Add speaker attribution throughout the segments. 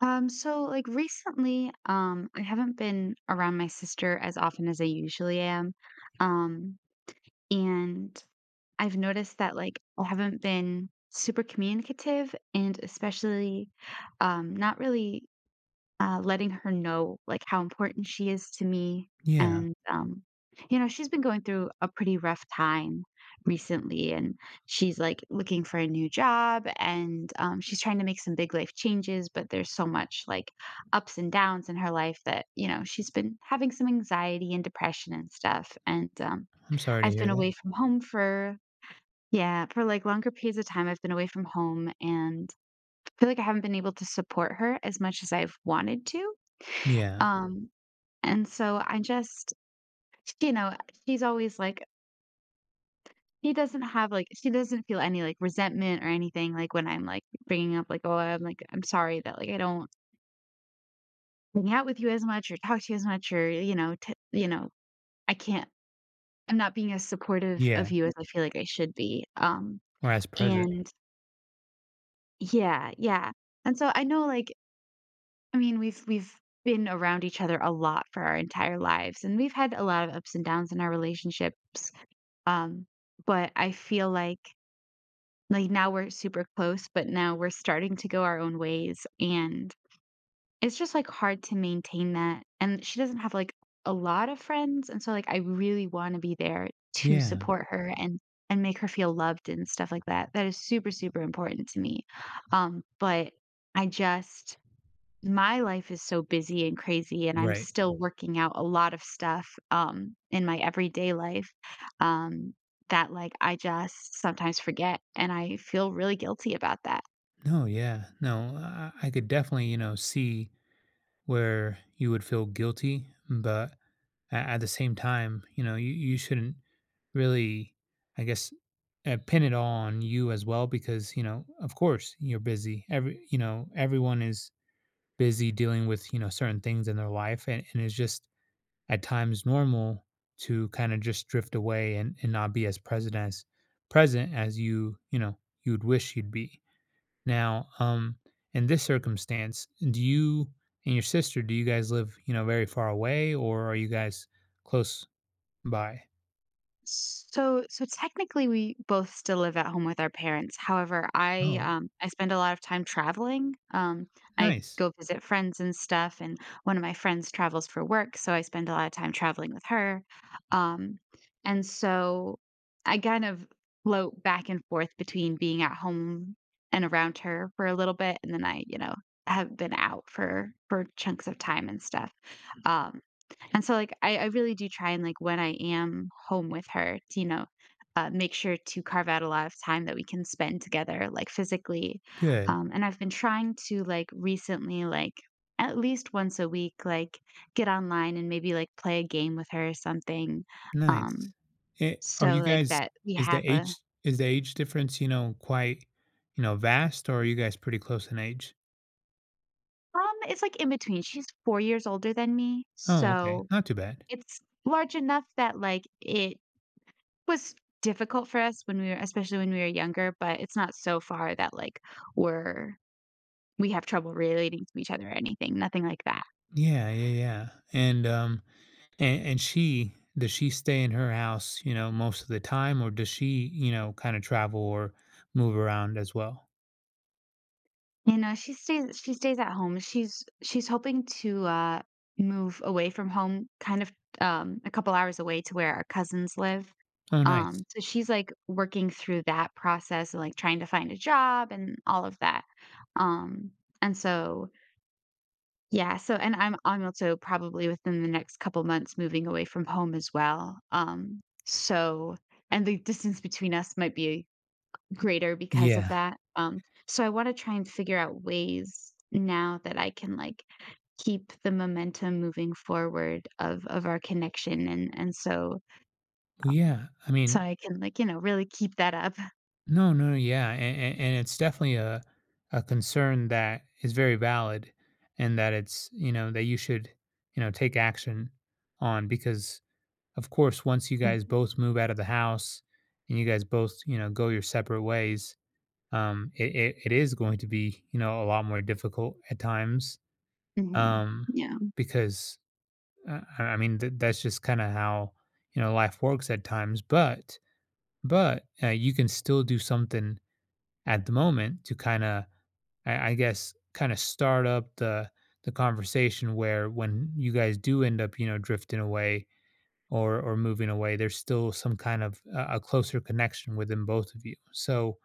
Speaker 1: So like recently, I haven't been around my sister as often as I usually am. Um, and I've noticed that like I haven't been super communicative and especially not really letting her know, like, how important she is to me,
Speaker 2: Yeah,
Speaker 1: and, she's been going through a pretty rough time recently, and she's, like, looking for a new job, and, she's trying to make some big life changes, but there's so much, like, ups and downs in her life that, she's been having some anxiety and depression and stuff, and,
Speaker 2: I'm sorry to
Speaker 1: I've
Speaker 2: hear
Speaker 1: been
Speaker 2: that.
Speaker 1: away from home for yeah, for, like, longer periods of time, I've been away from home, and feel like I haven't been able to support her as much as I've wanted to.
Speaker 2: Yeah,
Speaker 1: Um, and so I just you know, she's always like she doesn't feel any, like, resentment or anything, like, when I'm, like, bringing up, like, "Oh, I'm sorry that, like, I don't hang out with you as much or talk to you as much or, I can't I'm not being as supportive
Speaker 2: yeah,
Speaker 1: of you as I feel like I should be."
Speaker 2: or as present.
Speaker 1: And Yeah, yeah. And so I know, like I mean, we've been around each other a lot for our entire lives, and we've had a lot of ups and downs in our relationships. Um, but I feel like now we're super close, but now we're starting to go our own ways and it's just like hard to maintain that. And she doesn't have like a lot of friends, and so like I really want to be there to
Speaker 2: Yeah,
Speaker 1: support her and make her feel loved and stuff like that. That is super super important to me. But I just my life is so busy and crazy and I'm
Speaker 2: right.
Speaker 1: still working out a lot of stuff in my everyday life um that like I just sometimes forget and I feel really guilty about that.
Speaker 2: No, yeah, no, I could definitely, see where you would feel guilty, but at the same time, you shouldn't really, I guess, pin it all on you as well, because, of course you're busy. Everyone is busy dealing with, certain things in their life. And it's just, at times normal to kind of just drift away, and, not be as present as you'd wish you'd be now. In this circumstance, do you and your sister, do you guys live very far away, or are you guys close by?
Speaker 1: So technically we both still live at home with our parents. However, I
Speaker 2: Oh,
Speaker 1: um I spend a lot of time traveling. I
Speaker 2: nice.
Speaker 1: go visit friends and stuff and one of my friends travels for work, so I spend a lot of time traveling with her. Um and so I kind of float back and forth between being at home and around her for a little bit and then I, have been out for chunks of time and stuff. Um like, I really do try and, like, when I am home with her to, make sure to carve out a lot of time that we can spend together, like, physically.
Speaker 2: Good.
Speaker 1: And I've been trying to, like, recently, like, at least once a week, like, get online and maybe, like, play a game with her or something.
Speaker 2: Nice.
Speaker 1: Um,
Speaker 2: Eh, are
Speaker 1: so,
Speaker 2: you
Speaker 1: like,
Speaker 2: guys
Speaker 1: that we
Speaker 2: is the
Speaker 1: have a
Speaker 2: age is the age difference, quite, vast, or are you guys pretty close in age?
Speaker 1: um, it's, like, in between. She's 4 years older than me,
Speaker 2: Oh, okay.
Speaker 1: so
Speaker 2: Not too bad.
Speaker 1: it's large enough that, like, it was difficult for us when we were especially when we were younger, but it's not so far that, like, we're we have trouble relating to each other or anything, nothing like that.
Speaker 2: Yeah, yeah, yeah. And um and she does she stay in her house, most of the time, or does she, kind of travel or move around as well?
Speaker 1: You know, she stays at home. She's hoping to, move away from home kind of, a couple hours away to where our cousins live.
Speaker 2: Oh, nice.
Speaker 1: So she's like working through that process, like trying to find a job and all of that. Um, and so yeah, so and I'm also probably within the next couple months moving away from home as well. So and the distance between us might be greater because of
Speaker 2: Yeah.
Speaker 1: that. So I want to try and figure out ways now that I can like keep the momentum moving forward of our connection and so
Speaker 2: Well,
Speaker 1: um,
Speaker 2: yeah. I
Speaker 1: so
Speaker 2: mean,
Speaker 1: I can like really keep that up.
Speaker 2: no, no, no, yeah. And it's definitely a concern that is very valid, and that it's, that you should, take action on, because, of course once you
Speaker 1: Mm,
Speaker 2: guys both move out of the house, and you guys both, go your separate ways. It is going to be, a lot more difficult at times,
Speaker 1: mhm.
Speaker 2: um,
Speaker 1: Yeah.
Speaker 2: because I mean, that's just kind of how, life works at times. But you can still do something at the moment to kind of, I guess, kind of start up the conversation, where, when you guys do end up, drifting away, or moving away, there's still some kind of a closer connection within both of you. So,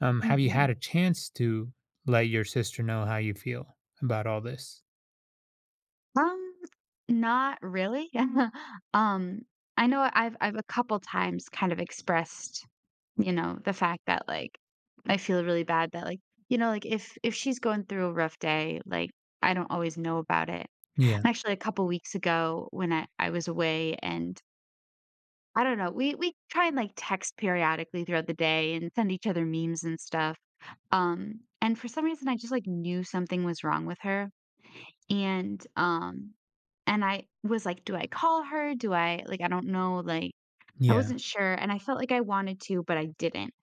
Speaker 2: have you had
Speaker 1: Mhm.
Speaker 2: a chance to let your sister know how you feel about all this?
Speaker 1: Um, Not really. Um, I know I've a couple times kind of expressed, the fact that, like, I feel really bad that, like, like, if she's going through a rough day, like, I don't always know about it.
Speaker 2: Yeah,
Speaker 1: And actually, a couple weeks ago when I was away and I don't know, we try and, like, text periodically throughout the day and send each other memes and stuff. And For some reason, I just, like, knew something was wrong with her. And, um, and I was like, "Do I call her? Do I like, I don't know." Like, I
Speaker 2: yeah,
Speaker 1: wasn't sure, and I felt like I wanted to, but I didn't.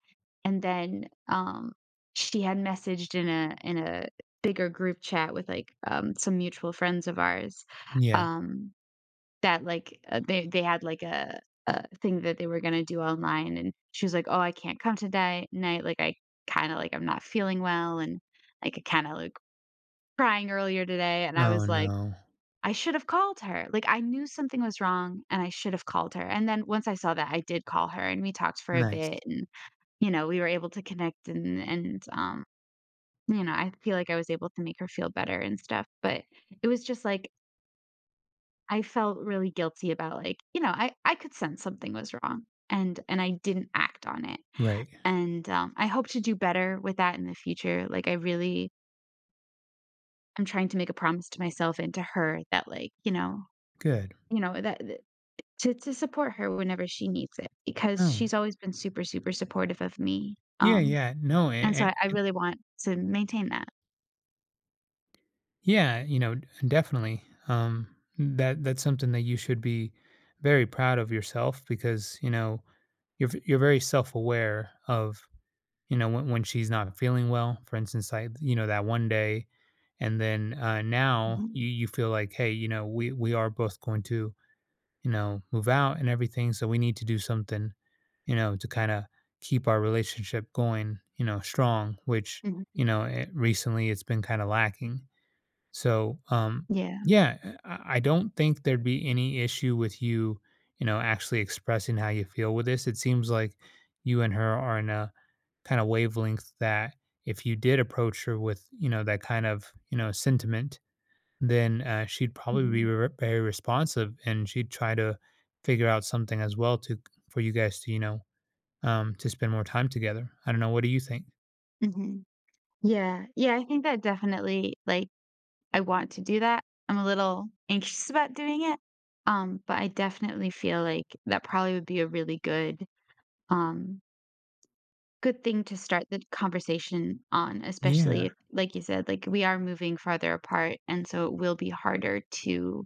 Speaker 1: And then, she had messaged in a bigger group chat with, like, some mutual friends of ours,
Speaker 2: yeah.
Speaker 1: um, that, like, they had, like, a thing that they were gonna do online, and she was like, "Oh, I can't come tonight night, like, I kinda like, I'm not feeling well, and, like, I kinda, like, crying earlier today." And I
Speaker 2: Oh
Speaker 1: was like,
Speaker 2: no.
Speaker 1: I should have called her. Like, I knew something was wrong and I should have called her. And then once I saw that, I did call her and we talked for a bit
Speaker 2: Nice.
Speaker 1: and we were able to connect and I feel like I was able to make her feel better and stuff. But it was just like, I felt really guilty about like, you know, I could sense something was wrong and I didn't act on it.
Speaker 2: Right.
Speaker 1: And I hope to do better with that in the future. Like, I'm trying to make a promise to myself and to her that like,
Speaker 2: Good.
Speaker 1: that to support her whenever she needs it, because
Speaker 2: Oh.
Speaker 1: she's always been super, super supportive of me,
Speaker 2: Yeah, yeah. No,
Speaker 1: and so I really want to maintain that.
Speaker 2: yeah, definitely. That's something that you should be very proud of yourself, because, you're very self-aware of, when she's not feeling well, for instance, like, that one day. And then, now
Speaker 1: Mhm,
Speaker 2: you feel like, "Hey, we are both going to, move out and everything, so we need to do something, to kinda keep our relationship going, strong," which,
Speaker 1: mhm,
Speaker 2: recently it's been kinda lacking. So,
Speaker 1: yeah,
Speaker 2: yeah, I don't think there'd be any issue with you, actually expressing how you feel with this. It seems like you and her are in a kind of wavelength that, if you did approach her with, that kind of, sentiment, then she'd probably be
Speaker 1: mhm,
Speaker 2: very responsive, and she'd try to figure out something as well, to for you guys to, spend more time together. I don't know. What do you think?
Speaker 1: mhm. Yeah, yeah, I think that definitely like, I want to do that. I'm a little anxious about doing it, but I definitely feel like that probably would be a really um, good thing to start the conversation on,
Speaker 2: Yeah.
Speaker 1: especially if, like you said, like, we are moving farther apart, and so it will be harder to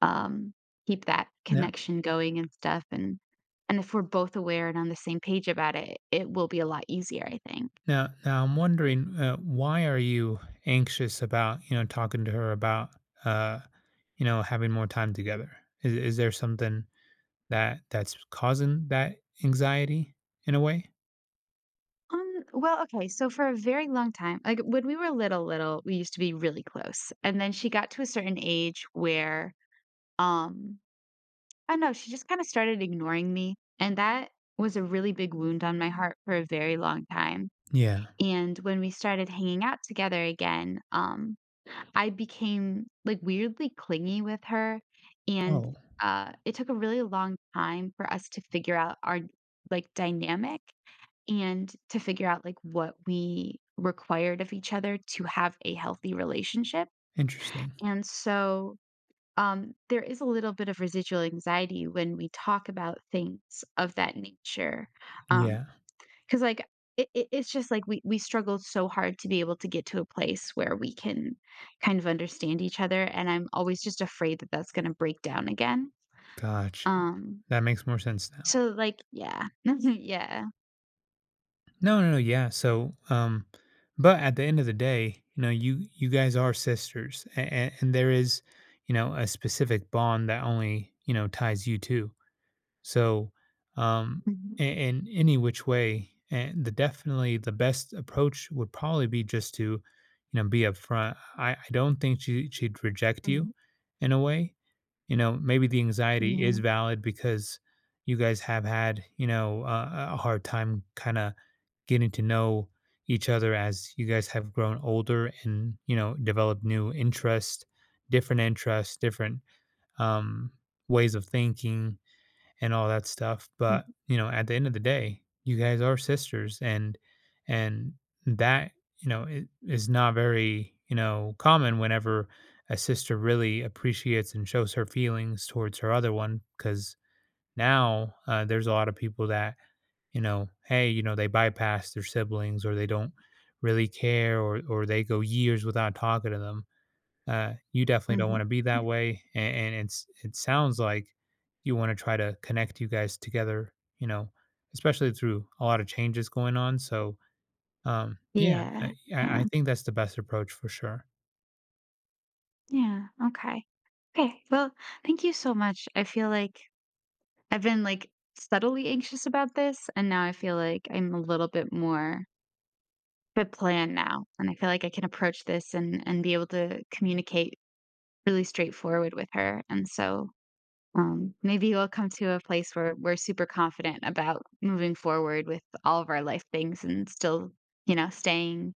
Speaker 1: um, keep that
Speaker 2: Now,
Speaker 1: connection going and stuff, and if we're both aware and on the same page about it, it will be a lot easier, I think.
Speaker 2: now, I'm wondering, why are you anxious about, talking to her about, uh, having more time together? Is there something that that's causing that anxiety in a way?
Speaker 1: Well, okay, so for a very long time, like when we were little, little, we used to be really close. And then she got to a certain age where, um, I don't know, she just kind of started ignoring me. And that was a really big wound on my heart for a very long time.
Speaker 2: Yeah.
Speaker 1: And when we started hanging out together again, I became like weirdly clingy with her. And
Speaker 2: Oh,
Speaker 1: uh, it took a really long time for us to figure out our like dynamic and to figure out like what we required of each other to have a healthy relationship.
Speaker 2: interesting.
Speaker 1: And so there is a little bit of residual anxiety when we talk about things of that nature. Um,
Speaker 2: Yeah.
Speaker 1: 'Cause, like, it's just, like, we struggled so hard to be able to get to a place where we can kind of understand each other, and I'm always just afraid that that's gonna break down again.
Speaker 2: Gotcha.
Speaker 1: Um,
Speaker 2: That makes more sense now.
Speaker 1: so, like, yeah. Yeah.
Speaker 2: No, no, no. Yeah. So, but at the end of the day, you guys are sisters, and there is, a specific bond that only, ties you two. So, um,
Speaker 1: Mhm,
Speaker 2: in any which way, and the definitely the best approach would probably be just to, be upfront. I don't think she'd reject you,
Speaker 1: mhm,
Speaker 2: in a way. Maybe the anxiety
Speaker 1: yeah,
Speaker 2: is valid, because you guys have had, a hard time kind of getting to know each other as you guys have grown older, and, developed new interests, different interests, different, um, ways of thinking and all that stuff. But, at the end of the day, you guys are sisters, and and that, is not very, common, whenever a sister really appreciates and shows her feelings towards her other one, because now, there's a lot of people that, hey, they bypass their siblings, or they don't really care, or they go years without talking to them. You definitely don't
Speaker 1: mhm,
Speaker 2: want to be
Speaker 1: mhm.
Speaker 2: that way, and it sounds like you want to try to connect you guys together. You know, especially through a lot of changes going on. So, yeah,
Speaker 1: Yeah,
Speaker 2: I, I
Speaker 1: yeah,
Speaker 2: I think that's the best approach for sure.
Speaker 1: yeah, okay. Okay, well, thank you so much. I feel like I've been, like, subtly anxious about this, and now I feel like I'm a little bit more but plan now, and I feel like I can approach this and be able to communicate really straightforward with her, and so, maybe we'll come to a place where we're super confident about moving forward with all of our life things and still, you know, staying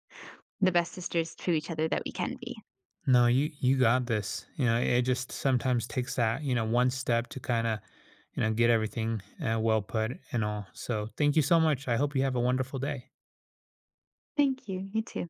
Speaker 1: the best sisters to each other that we can be.
Speaker 2: No, you got this. It just sometimes takes that, one step to kind of, get everything, well put and all. So, thank you so much. I hope you have a wonderful day.
Speaker 1: Thank you, you too.